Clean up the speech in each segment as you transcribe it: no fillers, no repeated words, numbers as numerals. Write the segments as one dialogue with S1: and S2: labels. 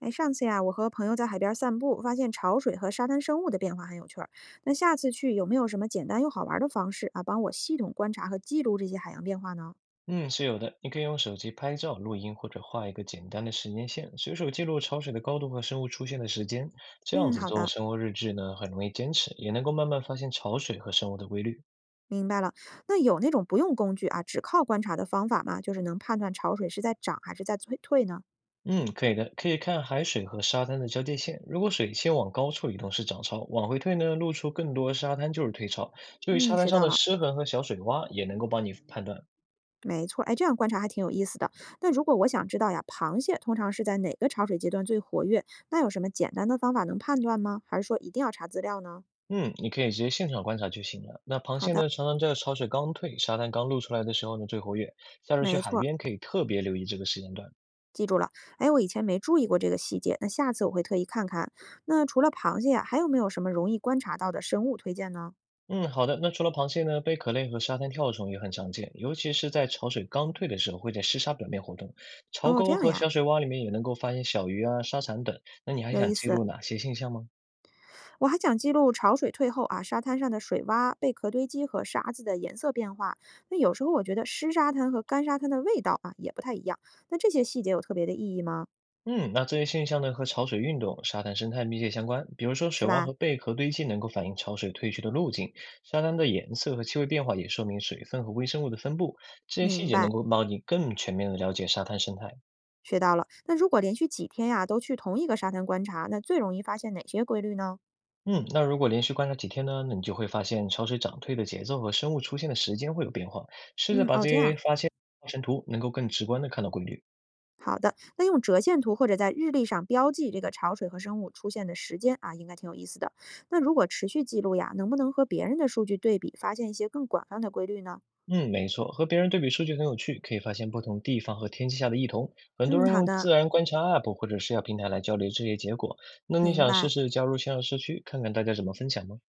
S1: 哎，上次呀，我和朋友在海边散步，发现潮水和沙滩生物的变化很有趣儿。那下次去有没有什么简单又好玩儿的方式啊，帮我系统观察和记录这些海洋变化呢？
S2: 嗯，是有的。你可以用手机拍照、录音或者画一个简单的时间线，随手记录潮水的高度和生物出现的时间。这样
S1: 嗯，
S2: 子
S1: 好
S2: 做
S1: 的，
S2: 生活日志呢，很容易坚持，也能够慢慢发现潮水和生物的规律。
S1: 明白了。那有那种不用工具啊，只靠观察的方法吗？就是能判断潮水是在涨还是在退呢？
S2: 嗯，可以的，可以看海水和沙滩的交界线。如果水先往高处移动是涨潮，往回退呢，露出更多沙滩就是退潮。注意
S1: 嗯，
S2: 沙滩
S1: 学
S2: 上
S1: 到
S2: 的
S1: 了，
S2: 湿痕和小水洼，也能够帮你判断。
S1: 没错。哎，这样观察还挺有意思的。那如果我想知道呀，螃蟹通常是在哪个潮水阶段最活跃，那有什么简单的方法能判断吗？还是说一定要查资料呢？
S2: 嗯，你可以直接现场观察就行了。那螃
S1: 好
S2: 蟹
S1: 的，
S2: 呢，常常在潮水刚退、沙滩刚露出来的时候呢最活跃。下次去
S1: 没
S2: 海
S1: 错。
S2: 边可以特别留意这个时间段。
S1: 记住了，哎，我以前没注意过这个细节，那下次我会特意看看。那除了螃蟹呀，还有没有什么容易观察到的生物推荐呢？
S2: 嗯，好的。那除了螃蟹呢，贝壳类和沙滩跳虫也很常见，尤其是在潮水刚退的时候，会在湿沙表面活动。潮
S1: 哦，这
S2: 沟
S1: 样
S2: 和
S1: 呀，
S2: 小水洼里面也能够发现小鱼啊、沙蚕等。那你还
S1: 有
S2: 想
S1: 意
S2: 记
S1: 思。
S2: 录哪些现象吗？
S1: 我还想记录潮水退后啊，沙滩上的水洼、贝壳堆积和沙子的颜色变化。那有时候我觉得湿沙滩和干沙滩的味道啊也不太一样。那这些细节有特别的意义吗？
S2: 嗯，那这些现象呢和潮水运动、沙滩生态密切相关。比如说，
S1: 是
S2: 水洼
S1: 吧？
S2: 和贝壳堆积能够反映潮水退去的路径，沙滩的颜色和气味变化也说明水分和微生物的分布。这些细
S1: 明
S2: 节
S1: 白，
S2: 能够帮你更全面的了解沙滩生态。
S1: 学到了。那如果连续几天呀、都去同一个沙滩观察，那最容易发现哪些规律呢？
S2: 嗯，那如果连续观察几天呢，那你就会发现潮水涨退的节奏和生物出现的时间会有变化。试着
S1: 嗯，
S2: 把
S1: 哦，
S2: 这
S1: 这
S2: 些
S1: 样。
S2: 发现画成图，能够更直观的看到规律。
S1: 那用折线图或者在日历上标记这个潮水和生物出现的时间啊，应该挺有意思的。那如果持续记录呀，能不能和别人的数据对比，发现一些更广泛的规律呢？
S2: 嗯，没错，和别人对比数据很有趣，可以发现不同地方和天气下的异同。很多
S1: 嗯，
S2: 人
S1: 好
S2: 用
S1: 的，
S2: 自然观察 App 或者社交平台来交流这些结果。那你
S1: 明
S2: 想试
S1: 白。
S2: 试加入线上社区，看看大家怎么分享吗？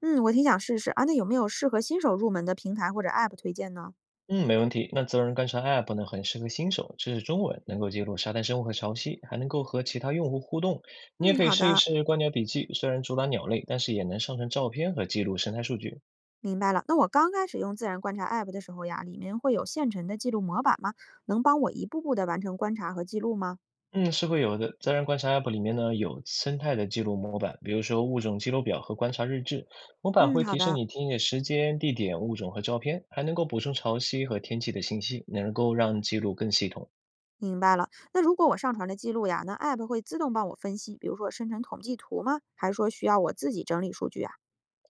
S1: 嗯，我挺想试试啊。那有没有适合新手入门的平台或者 App 推荐呢？
S2: 嗯，没问题。那自然观察 App 呢，很适合新手，这是中文，能够记录沙滩生物和潮汐，还能够和其他用户互动。你也
S1: 嗯，
S2: 可以
S1: 好
S2: 试一
S1: 的，
S2: 试观鸟笔记，虽然主打鸟类，但是也能上传照片和记录生态数据。
S1: 明白了。那我刚开始用自然观察 App 的时候呀，里面会有现成的记录模板吗？能帮我一步步的完成观察和记录吗？
S2: 嗯，是会有的。自然观察 App 里面呢有生态的记录模板，比如说物种记录表和观察日志。模板
S1: 嗯，
S2: 会
S1: 好
S2: 提示
S1: 的。
S2: 你听写时间、地点、物种和照片，还能够补充潮汐和天气的信息，能够让记录更系统。
S1: 明白了。那如果我上传了记录呀，那 App 会自动帮我分析，比如说生成统计图吗？还是说需要我自己整理数据啊？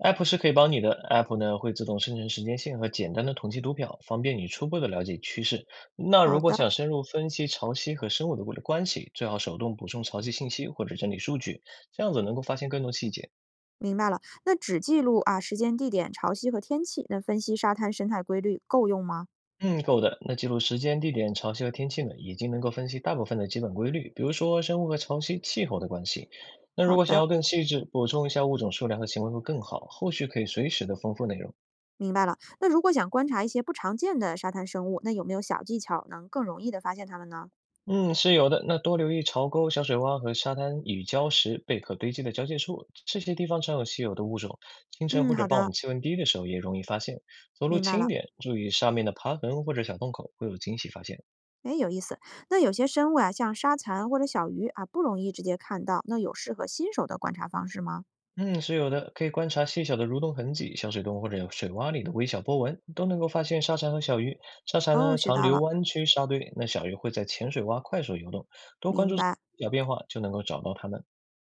S2: App 是可以帮你的，App 呢会自动生成时间线和简单的统计图表，方便你初步的了解趋势。那
S1: 好
S2: 如果
S1: 的，
S2: 想深入分析潮汐和生物的关系，最好手动补充潮汐信息或者整理数据，这样子能够发现更多细节。
S1: 明白了。那只记录啊时间、地点、潮汐和天气，那分析沙滩生态规律够用吗？
S2: 嗯，够的。那记录时间、地点、潮汐和天气呢，已经能够分析大部分的基本规律，比如说生物和潮汐、气候的关系。那如
S1: 好
S2: 果想
S1: 的，
S2: 要更细致，补充一下物种数量和行为会更好，后续可以随时的丰富内容。
S1: 明白了。那如果想观察一些不常见的沙滩生物，那有没有小技巧能更容易的发现它们呢？
S2: 嗯，是有的。那多留意潮沟、小水洼和沙滩与礁石贝壳堆积的交界处，这些地方常有稀有的物种。清晨
S1: 嗯，
S2: 或者
S1: 好
S2: 傍
S1: 的，
S2: 晚气温低的时候也容易发现。走路
S1: 明白
S2: 轻一
S1: 了。
S2: 点，注意上面的爬痕或者小洞口，会有惊喜发现。
S1: 哎，有意思。那有些生物啊，像沙蚕或者小鱼啊，不容易直接看到。那有适合新手的观察方式吗？
S2: 嗯，是有的，可以观察细小的蠕动痕迹，小水洞或者有水洼里的微小波纹，都能够发现沙蚕和小鱼。沙蚕
S1: 哦，
S2: 呢
S1: 学
S2: 常
S1: 到
S2: 留
S1: 了，
S2: 弯曲沙堆，那小鱼会在浅水洼快速游动。多关
S1: 明
S2: 注
S1: 白。
S2: 小变化，就能够找到它们。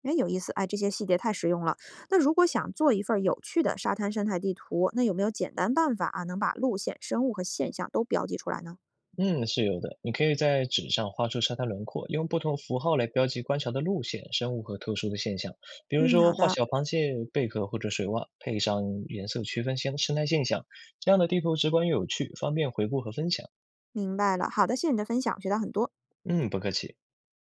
S1: 哎，有意思，哎，这些细节太实用了。那如果想做一份儿有趣的沙滩生态地图，那有没有简单办法啊，能把路线、生物和现象都标记出来呢？
S2: 嗯，是有的，你可以在纸上画出沙滩轮廓，用不同符号来标记观察的路线、生物和特殊的现象，比如
S1: 嗯，
S2: 说
S1: 好
S2: 画
S1: 的，
S2: 小螃蟹、贝壳或者水洼，配上颜色区分现生态现象。这样的地图直观又有趣，方便回顾和分享。
S1: 明白了。好的，谢谢你的分享，我学到很多。
S2: 嗯，不客气。